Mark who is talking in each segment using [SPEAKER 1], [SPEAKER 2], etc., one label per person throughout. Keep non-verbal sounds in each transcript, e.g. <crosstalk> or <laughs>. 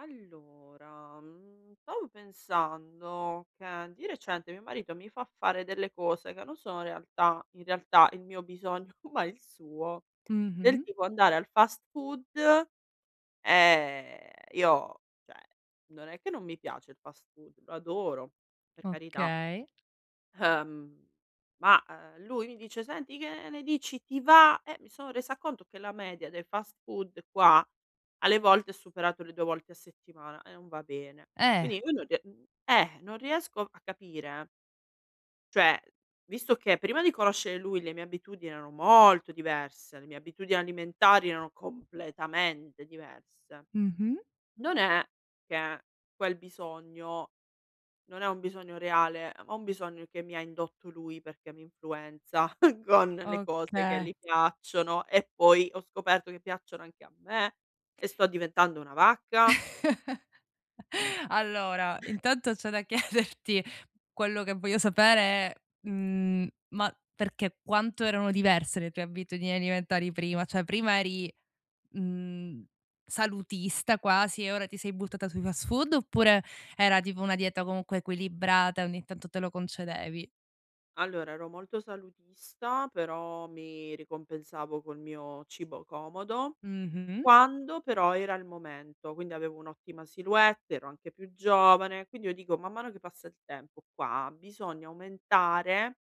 [SPEAKER 1] Allora, stavo pensando che di recente mio marito mi fa fare delle cose che non sono realtà in realtà il mio bisogno, <laughs> ma il suo, del
[SPEAKER 2] Mh-mh,
[SPEAKER 1] tipo andare al fast food, ehm, io cioè, non è che non mi piace il fast food, lo adoro, per carità.
[SPEAKER 2] okay.
[SPEAKER 1] Ehm, ma lui mi dice: "Senti, che ne dici, ti va?" Mi sono resa conto che la media dei fast food qua alle volte ha superato le 2 volte a settimana e non va bene.
[SPEAKER 2] Eh,
[SPEAKER 1] Quindi io non rie mhmm, non riesco a capire, cioè, visto che prima di conoscere lui le mie abitudini erano molto diverse, le mie abitudini alimentari erano completamente diverse,
[SPEAKER 2] mh-mh,
[SPEAKER 1] non è che quel bisogno non è un bisogno reale, ma un bisogno che mi ha indotto lui perché mi influenza <laughs> con le cose
[SPEAKER 2] oka
[SPEAKER 1] che gli piacciono e poi ho scoperto che piacciono anche a me e sto diventando una vacca.
[SPEAKER 2] <laughs> Allora, intanto c'è da <laughs> chiederti quello che voglio sapere è, ma perché quanto erano diverse le tue abitudini alimentari prima? Cioè prima eri, mhmm, salutista quasi e ora ti sei buttata sui fast food, oppure era tipo una dieta comunque equilibrata e ogni tanto te lo concedevi?
[SPEAKER 1] Allora ero molto salutista, però mi ricompensavo col mio cibo comodo.
[SPEAKER 2] Mh-mh.
[SPEAKER 1] Quando però era il momento, quindi avevo un'ottima silhouette, ero anche più giovane, quindi io dico man mano che passa il tempo qua bisogna aumentare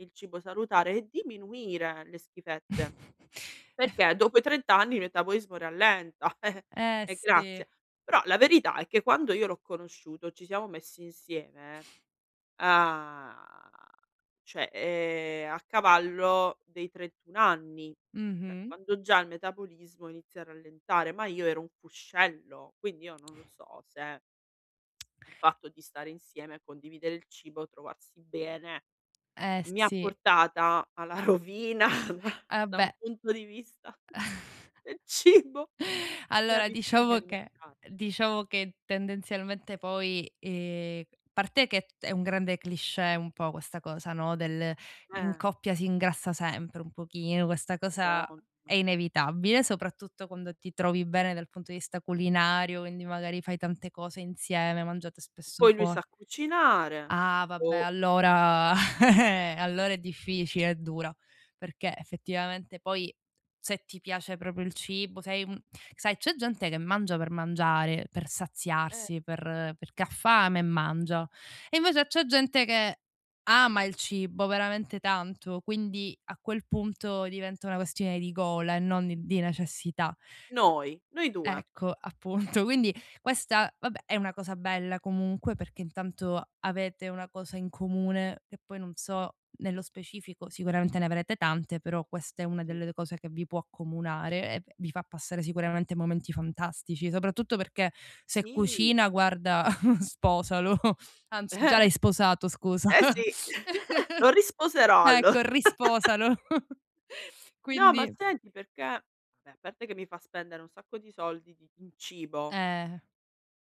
[SPEAKER 1] il cibo salutare e diminuire le schifezze,
[SPEAKER 2] <laughs>
[SPEAKER 1] perché dopo i 30 anni il metabolismo rallenta, <laughs>
[SPEAKER 2] Eh
[SPEAKER 1] e
[SPEAKER 2] sì,
[SPEAKER 1] grazie. Però la verità è che quando io l'ho conosciuto, ci siamo messi insieme. Ah, cioè, a cavallo dei 31 anni, cioè
[SPEAKER 2] mh-mh,
[SPEAKER 1] quando già il metabolismo inizia a rallentare, ma io ero un fuscello, quindi io non lo so se il fatto di stare insieme, condividere il cibo, trovarsi bene,
[SPEAKER 2] eh
[SPEAKER 1] mi ha
[SPEAKER 2] sì.
[SPEAKER 1] portata alla rovina <laughs> da
[SPEAKER 2] Ah
[SPEAKER 1] da un
[SPEAKER 2] beh,
[SPEAKER 1] punto di vista
[SPEAKER 2] <laughs>
[SPEAKER 1] del cibo, le
[SPEAKER 2] allora
[SPEAKER 1] abitudini
[SPEAKER 2] diciamo che
[SPEAKER 1] alimentari.
[SPEAKER 2] diciamo che tendenzialmente poi, parte che è un grande cliché un po' questa cosa, no, del in
[SPEAKER 1] Eh,
[SPEAKER 2] coppia si ingrassa sempre un pochino, questa cosa
[SPEAKER 1] madonna.
[SPEAKER 2] è inevitabile, soprattutto quando ti trovi bene dal punto di vista culinario, quindi magari fai tante cose insieme, mangiate spesso
[SPEAKER 1] Poi lui
[SPEAKER 2] fuo
[SPEAKER 1] sa cucinare.
[SPEAKER 2] Ah vabbè
[SPEAKER 1] Boh,
[SPEAKER 2] allora <laughs> allora è difficile, è dura, perché effettivamente poi se ti piace proprio il cibo, sei un sai c'è gente che mangia per mangiare, per
[SPEAKER 1] eh,
[SPEAKER 2] saziarsi, perché ha fame e mangia, e invece c'è gente che ama il cibo veramente tanto, quindi a quel punto diventa una questione di gola e non di necessità.
[SPEAKER 1] noi 2.
[SPEAKER 2] Ecco, appunto. Quindi questa, vabbè, è una cosa bella comunque perché intanto avete una cosa in comune che poi non so nello specifico, sicuramente ne avrete tante, però questa è una
[SPEAKER 1] Sì,
[SPEAKER 2] delle cose che vi può accomunare e vi fa passare sicuramente momenti fantastici, soprattutto perché se
[SPEAKER 1] sì.
[SPEAKER 2] cucina, guarda, <laughs> sposalo. Anzi, già l'hai
[SPEAKER 1] <laughs>
[SPEAKER 2] sposato, scusa.
[SPEAKER 1] Eh sì, <laughs> lo
[SPEAKER 2] <laughs>
[SPEAKER 1] risposerò allo.
[SPEAKER 2] Ecco, risposalo. <laughs>
[SPEAKER 1] No, ma
[SPEAKER 2] Quindi
[SPEAKER 1] senti perché vabbè, a parte che mi fa spendere un sacco di soldi di in cibo,
[SPEAKER 2] eh.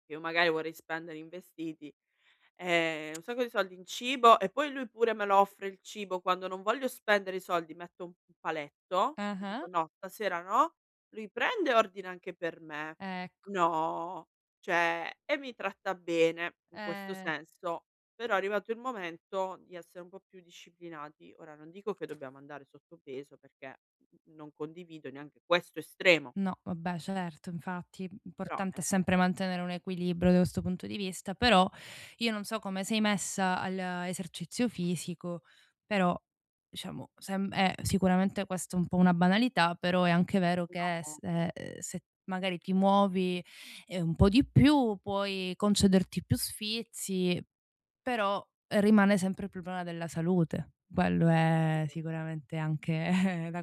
[SPEAKER 1] che io magari vorrei spendere in vestiti. Un sacco di soldi in cibo e poi lui pure me lo offre il cibo quando non voglio spendere i soldi, metto un paletto, dico:
[SPEAKER 2] Ah-ah.
[SPEAKER 1] "No, stasera no", lui prende e ordina anche per me.
[SPEAKER 2] Ecco,
[SPEAKER 1] No, cioè e mi tratta bene in questo
[SPEAKER 2] eh.
[SPEAKER 1] senso, però è arrivato il momento di essere un po' più disciplinati. Ora non dico che dobbiamo andare sottopeso perché n non condivido neanche questo estremo.
[SPEAKER 2] No, vabbè, certo,
[SPEAKER 1] Eh.
[SPEAKER 2] infatti,
[SPEAKER 1] Però,
[SPEAKER 2] importante è sempre mantenere un equilibrio da questo punto di vista, però io non so come sei messa all'esercizio fisico, però diciamo, è sicuramente questa è un po' una banalità, però è anche vero che
[SPEAKER 1] no
[SPEAKER 2] se magari ti muovi un po' di più, puoi concederti più sfizi, però rimane sempre il problema della salute. Quello è sicuramente anche <laughs> da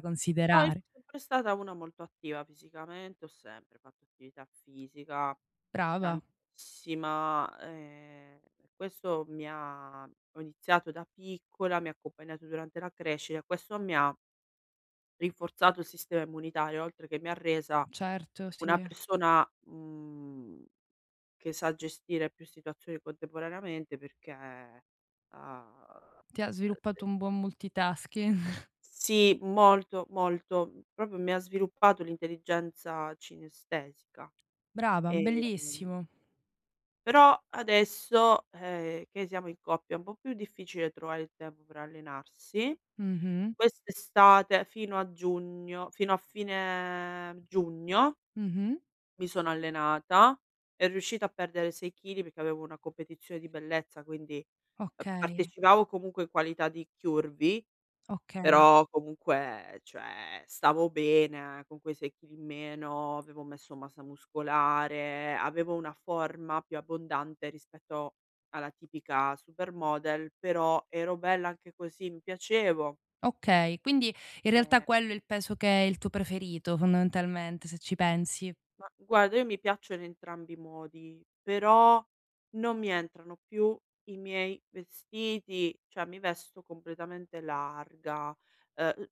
[SPEAKER 1] no, io
[SPEAKER 2] considerare.
[SPEAKER 1] sono sempre stata una molto attiva fisicamente, ho sempre fatto attività fisica,
[SPEAKER 2] Brava.
[SPEAKER 1] tantissima, questo mi ha ho iniziato da piccola, mi ha accompagnato durante la crescita, questo mi ha rinforzato il sistema immunitario, oltre che mi ha resa
[SPEAKER 2] Certo,
[SPEAKER 1] una
[SPEAKER 2] sì.
[SPEAKER 1] persona, che sa gestire più situazioni contemporaneamente perché, uhm,
[SPEAKER 2] Ti ha sviluppato un buon multitasking. <laughs>
[SPEAKER 1] sì, molto, molto. Mhmm, Proprio mi ha sviluppato l'intelligenza cinestesica,
[SPEAKER 2] Brava,
[SPEAKER 1] ehm,
[SPEAKER 2] bellissimo.
[SPEAKER 1] però adesso, che siamo in coppia è un po' più difficile trovare il tempo per allenarsi.
[SPEAKER 2] Mh-mh,
[SPEAKER 1] Quest'estate fino a giugno fino a fine giugno
[SPEAKER 2] mh-mh.
[SPEAKER 1] mi sono allenata e riuscita a perdere 6 chili perché avevo una competizione di bellezza, quindi,
[SPEAKER 2] Okay,
[SPEAKER 1] partecipavo comunque in qualità di curvy,
[SPEAKER 2] okay,
[SPEAKER 1] però comunque, cioè, stavo bene, con quei 6 chili in meno, avevo messo massa muscolare, avevo una forma più abbondante rispetto alla tipica supermodel, però ero bella anche così, mi piacevo.
[SPEAKER 2] okay. Quindi in
[SPEAKER 1] ehm
[SPEAKER 2] realtà quello è il peso che è il tuo preferito fondamentalmente, se ci pensi.
[SPEAKER 1] Ma guarda, io mi piacciono entrambi i modi, però non mi entrano più i miei vestiti, cioè mi vesto completamente larga. Ehm, uhm,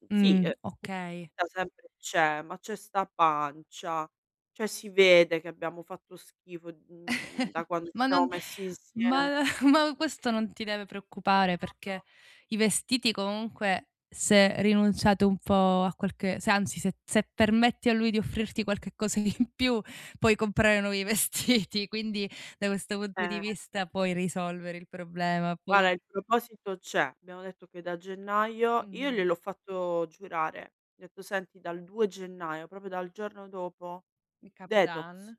[SPEAKER 1] sì,
[SPEAKER 2] Okay.
[SPEAKER 1] sempre c'è, ma c'è sta pancia, cioè si vede che abbiamo fatto schifo, da quando ci
[SPEAKER 2] Ma non
[SPEAKER 1] siamo messi insieme.
[SPEAKER 2] ma <laughs> ma questo non ti deve preoccupare,
[SPEAKER 1] Madò,
[SPEAKER 2] perché i vestiti comunque se rinunciate un po' a qualche se anzi se se permetti a lui di offrirti qualche cosa in più, puoi comprare nuovi <laughs> vestiti, quindi da questo punto di
[SPEAKER 1] eh.
[SPEAKER 2] vista puoi risolvere il problema.
[SPEAKER 1] Guarda,
[SPEAKER 2] Poi
[SPEAKER 1] il proposito c'è. Abbiamo detto che da gennaio io
[SPEAKER 2] mh-mh.
[SPEAKER 1] gliel'ho fatto giurare. Gli ho detto: "Senti, dal 2 gennaio, proprio dal giorno dopo,
[SPEAKER 2] Il
[SPEAKER 1] detox".
[SPEAKER 2] Capodanno.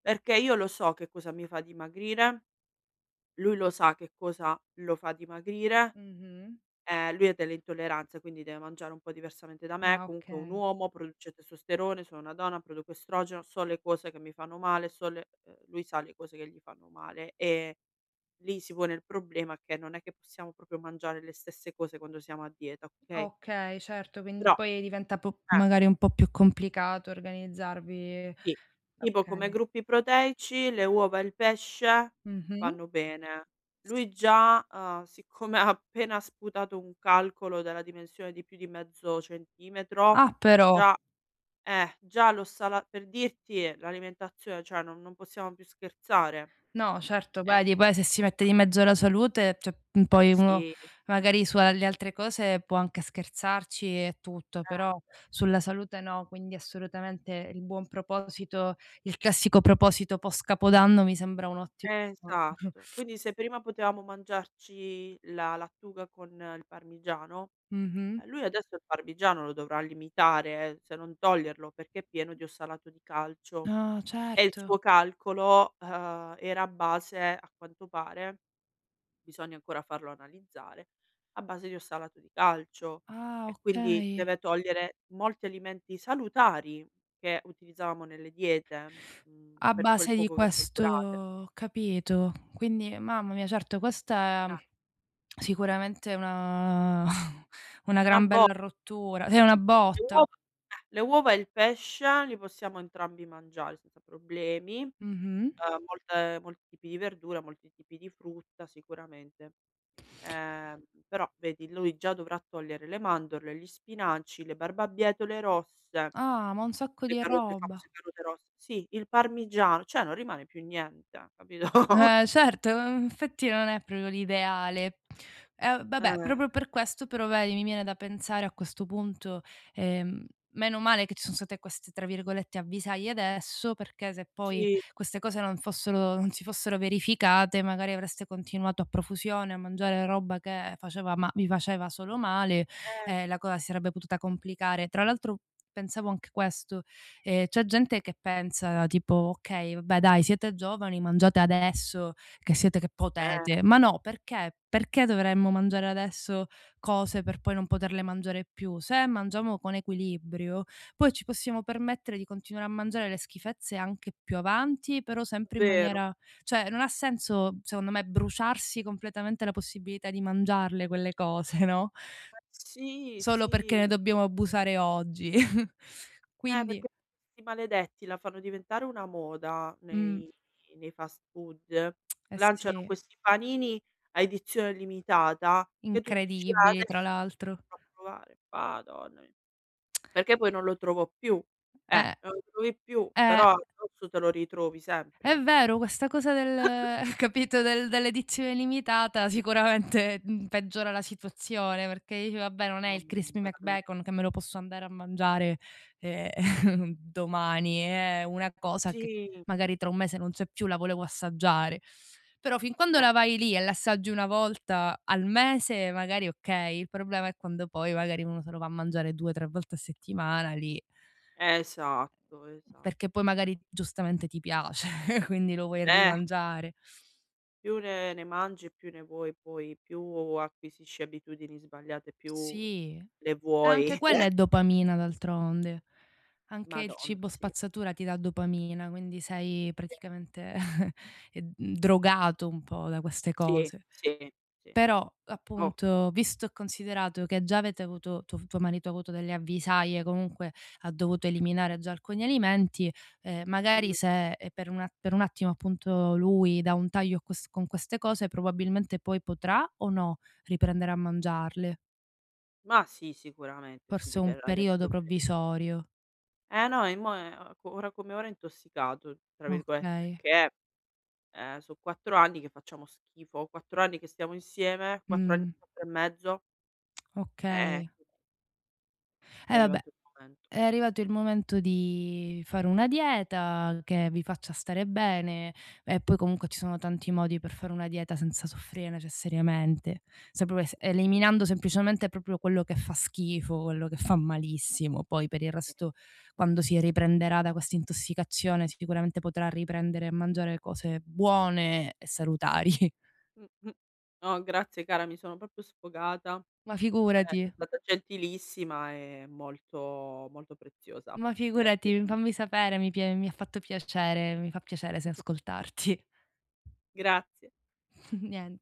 [SPEAKER 1] Perché io lo so che cosa mi fa dimagrire, lui lo sa che cosa lo fa dimagrire,
[SPEAKER 2] Mh-mh.
[SPEAKER 1] lui ha delle intolleranze, quindi deve mangiare un po' diversamente da me,
[SPEAKER 2] Ah,
[SPEAKER 1] comunque è un
[SPEAKER 2] okay.
[SPEAKER 1] uomo, produce testosterone, sono una donna, produco estrogeno, so le cose che mi fanno male, so le lui sa le cose che gli fanno male e lì si pone il problema che non è che possiamo proprio mangiare le stesse cose quando siamo a dieta, okay,
[SPEAKER 2] Okay, certo, quindi
[SPEAKER 1] però
[SPEAKER 2] poi diventa po
[SPEAKER 1] eh,
[SPEAKER 2] magari un po' più complicato organizzarvi.
[SPEAKER 1] sì, tipo come
[SPEAKER 2] Okay.
[SPEAKER 1] gruppi proteici le uova e il pesce
[SPEAKER 2] Mh-mh.
[SPEAKER 1] vanno bene. Lui già, siccome <laughs> ha appena sputato un calcolo della dimensione di più di mezzo centimetro,
[SPEAKER 2] Ah, però.
[SPEAKER 1] già già lo sala per dirti l'alimentazione, cioè non possiamo più scherzare.
[SPEAKER 2] No, certo,
[SPEAKER 1] Eh,
[SPEAKER 2] vedi, poi se si
[SPEAKER 1] o
[SPEAKER 2] mette
[SPEAKER 1] sta
[SPEAKER 2] di mezzo la salute, cioè, poi uno
[SPEAKER 1] sì,
[SPEAKER 2] magari sulle altre cose può anche scherzarci e tutto, però
[SPEAKER 1] eh.
[SPEAKER 2] sulla salute no, quindi assolutamente il buon proposito, il classico proposito post capodanno mi sembra un ottimo <laughs>
[SPEAKER 1] Esatto. Quindi se prima potevamo mangiarci la lattuga con il parmigiano,
[SPEAKER 2] mh-mh.
[SPEAKER 1] lui adesso il parmigiano lo dovrà limitare, se non toglierlo, perché è pieno di ossalato di calcio
[SPEAKER 2] Ah,
[SPEAKER 1] e il
[SPEAKER 2] certo.
[SPEAKER 1] suo calcolo, era a base, a quanto pare, bisogna ancora farlo analizzare, a base di ossalato di calcio
[SPEAKER 2] Ah,
[SPEAKER 1] e quindi
[SPEAKER 2] okay.
[SPEAKER 1] deve togliere molti alimenti salutari che utilizzavamo nelle diete,
[SPEAKER 2] A
[SPEAKER 1] per quel
[SPEAKER 2] base di
[SPEAKER 1] poco che son
[SPEAKER 2] questo
[SPEAKER 1] durate.
[SPEAKER 2] ho capito. Quindi mamma mia, certo questa è
[SPEAKER 1] Eh,
[SPEAKER 2] sicuramente una <laughs> una
[SPEAKER 1] è una
[SPEAKER 2] gran
[SPEAKER 1] bo
[SPEAKER 2] bella rottura, cioè una
[SPEAKER 1] Le
[SPEAKER 2] botta.
[SPEAKER 1] uova e il pesce li possiamo entrambi mangiare senza problemi,
[SPEAKER 2] Mh-mh.
[SPEAKER 1] molte molti tipi di verdura, molti tipi di frutta sicuramente. Ehm, Però vedi lui già dovrà togliere le mandorle, gli spinaci, le barbabietole rosse,
[SPEAKER 2] Ah, ma un sacco di
[SPEAKER 1] le
[SPEAKER 2] roba.
[SPEAKER 1] famose carote rosse sì, il parmigiano, cioè non rimane più niente, capito? <laughs>
[SPEAKER 2] Eh certo, in effetti non è proprio l'ideale. Eh vabbè,
[SPEAKER 1] Eh,
[SPEAKER 2] proprio per questo però vedi, mi viene da pensare a questo punto, ehm, meno male che ci sono state queste, tra virgolette, "avvisaglie" adesso, perché se poi
[SPEAKER 1] sì,
[SPEAKER 2] queste cose non si fossero verificate, magari avreste continuato a profusione a mangiare roba che faceva ma vi faceva solo male
[SPEAKER 1] eh,
[SPEAKER 2] e la cosa si sarebbe potuta complicare. Tra l'altro pensavo anche questo. C'è gente che pensa tipo: "Okay, vabbè dai siete giovani, mangiate adesso che siete che potete".
[SPEAKER 1] eh,
[SPEAKER 2] Ma no, perché? Perché dovremmo mangiare adesso cose per poi non poterle mangiare più? Se mangiamo con equilibrio, poi ci possiamo permettere di continuare a mangiare le schifezze anche più avanti, però sempre in
[SPEAKER 1] vero.
[SPEAKER 2] maniera cioè non ha senso, secondo me, bruciarsi completamente la possibilità di mangiarle quelle cose, no,
[SPEAKER 1] Eh sì,
[SPEAKER 2] solo perché ne
[SPEAKER 1] sì.
[SPEAKER 2] dobbiamo abusare oggi. <laughs> Quindi
[SPEAKER 1] Perché questi maledetti la fanno diventare una moda
[SPEAKER 2] mh.
[SPEAKER 1] nei fast food.
[SPEAKER 2] Eh
[SPEAKER 1] Lanciano
[SPEAKER 2] sì,
[SPEAKER 1] questi panini a edizione limitata che tu dici: "Ah,
[SPEAKER 2] incredibili tra
[SPEAKER 1] adesso lo
[SPEAKER 2] l'altro.
[SPEAKER 1] devo provare." Madonna mi Perché poi non lo trovo più.
[SPEAKER 2] Eh,
[SPEAKER 1] Non lo trovi più,
[SPEAKER 2] eh.
[SPEAKER 1] però addosso te lo ritrovi
[SPEAKER 2] È
[SPEAKER 1] sempre.
[SPEAKER 2] vero, questa cosa del <laughs> capito, dell'edizione limitata sicuramente, peggiora la situazione, perché dici: "Vabbè, non è il
[SPEAKER 1] Non
[SPEAKER 2] Crispy
[SPEAKER 1] veramente
[SPEAKER 2] McBacon che me lo posso andare a mangiare, ehm, <laughs> domani, è una cosa che
[SPEAKER 1] Sì,
[SPEAKER 2] magari tra un mese non c'è più, la volevo assaggiare". Però fin quando
[SPEAKER 1] eh,
[SPEAKER 2] la vai lì e l'assaggi una volta al mese, magari okay, il problema è quando poi magari uno se lo va a mangiare 2, 3 volte a settimana, lì
[SPEAKER 1] esatto, esa
[SPEAKER 2] perché poi magari giustamente ti piace, <laughs> quindi lo vuoi
[SPEAKER 1] eh.
[SPEAKER 2] rimangiare.
[SPEAKER 1] Più ne mangi, più ne vuoi poi, più acquisisci abitudini sbagliate, più
[SPEAKER 2] Sì, e
[SPEAKER 1] le
[SPEAKER 2] anche
[SPEAKER 1] vuoi.
[SPEAKER 2] quella è
[SPEAKER 1] <laughs>
[SPEAKER 2] dopamina d'altronde. Anche il
[SPEAKER 1] Madonna,
[SPEAKER 2] cibo
[SPEAKER 1] sì.
[SPEAKER 2] spazzatura ti dà dopamina, quindi sei
[SPEAKER 1] Eh,
[SPEAKER 2] praticamente, <laughs> drogato un po' da queste
[SPEAKER 1] sì,
[SPEAKER 2] cose.
[SPEAKER 1] sì, sì.
[SPEAKER 2] Però,
[SPEAKER 1] Oh,
[SPEAKER 2] appunto, visto e considerato che già avete avuto tuo marito ha avuto delle avvisaglie, comunque ha dovuto eliminare già alcuni alimenti,
[SPEAKER 1] mh.
[SPEAKER 2] magari se, per un attimo, appunto, lui dà un taglio a ques con queste cose, probabilmente poi potrà o no riprendere a mangiarle?
[SPEAKER 1] Ma sì, sicuramente si
[SPEAKER 2] Forse un
[SPEAKER 1] libererà del
[SPEAKER 2] periodo
[SPEAKER 1] problema.
[SPEAKER 2] provvisorio.
[SPEAKER 1] Eh no, e mo è a co ora come ora è "intossicato" tra virgolette,
[SPEAKER 2] Okay.
[SPEAKER 1] perché, so' 4 anni che facciamo schifo, 4 anni che stiamo insieme, 4 anni
[SPEAKER 2] Mh,
[SPEAKER 1] 4 e mezzo, eh,
[SPEAKER 2] okay.
[SPEAKER 1] è
[SPEAKER 2] Vabbè
[SPEAKER 1] arrivato il momento.
[SPEAKER 2] è arrivato il momento di fare una dieta che vi faccia stare bene e poi comunque ci sono tanti modi per fare una dieta senza soffrire necessariamente, se proprio es
[SPEAKER 1] Sì,
[SPEAKER 2] eliminando semplicemente proprio quello che fa schifo, quello che fa malissimo. Poi per il
[SPEAKER 1] sì.
[SPEAKER 2] resto quando si riprenderà da questa intossicazione sicuramente potrà riprendere a mangiare cose buone e salutari. <laughs>
[SPEAKER 1] <laughs> Mh-mh. No, grazie cara, mi sono proprio sfogata.
[SPEAKER 2] Ma
[SPEAKER 1] Sei
[SPEAKER 2] figurati,
[SPEAKER 1] stata gentilissima e molto molto preziosa.
[SPEAKER 2] ma
[SPEAKER 1] Grazie
[SPEAKER 2] figurati,
[SPEAKER 1] mille.
[SPEAKER 2] fammi sapere, mi ha fatto piacere, mi fa piacere se ascoltarti.
[SPEAKER 1] Grazie.
[SPEAKER 2] <laughs> Nient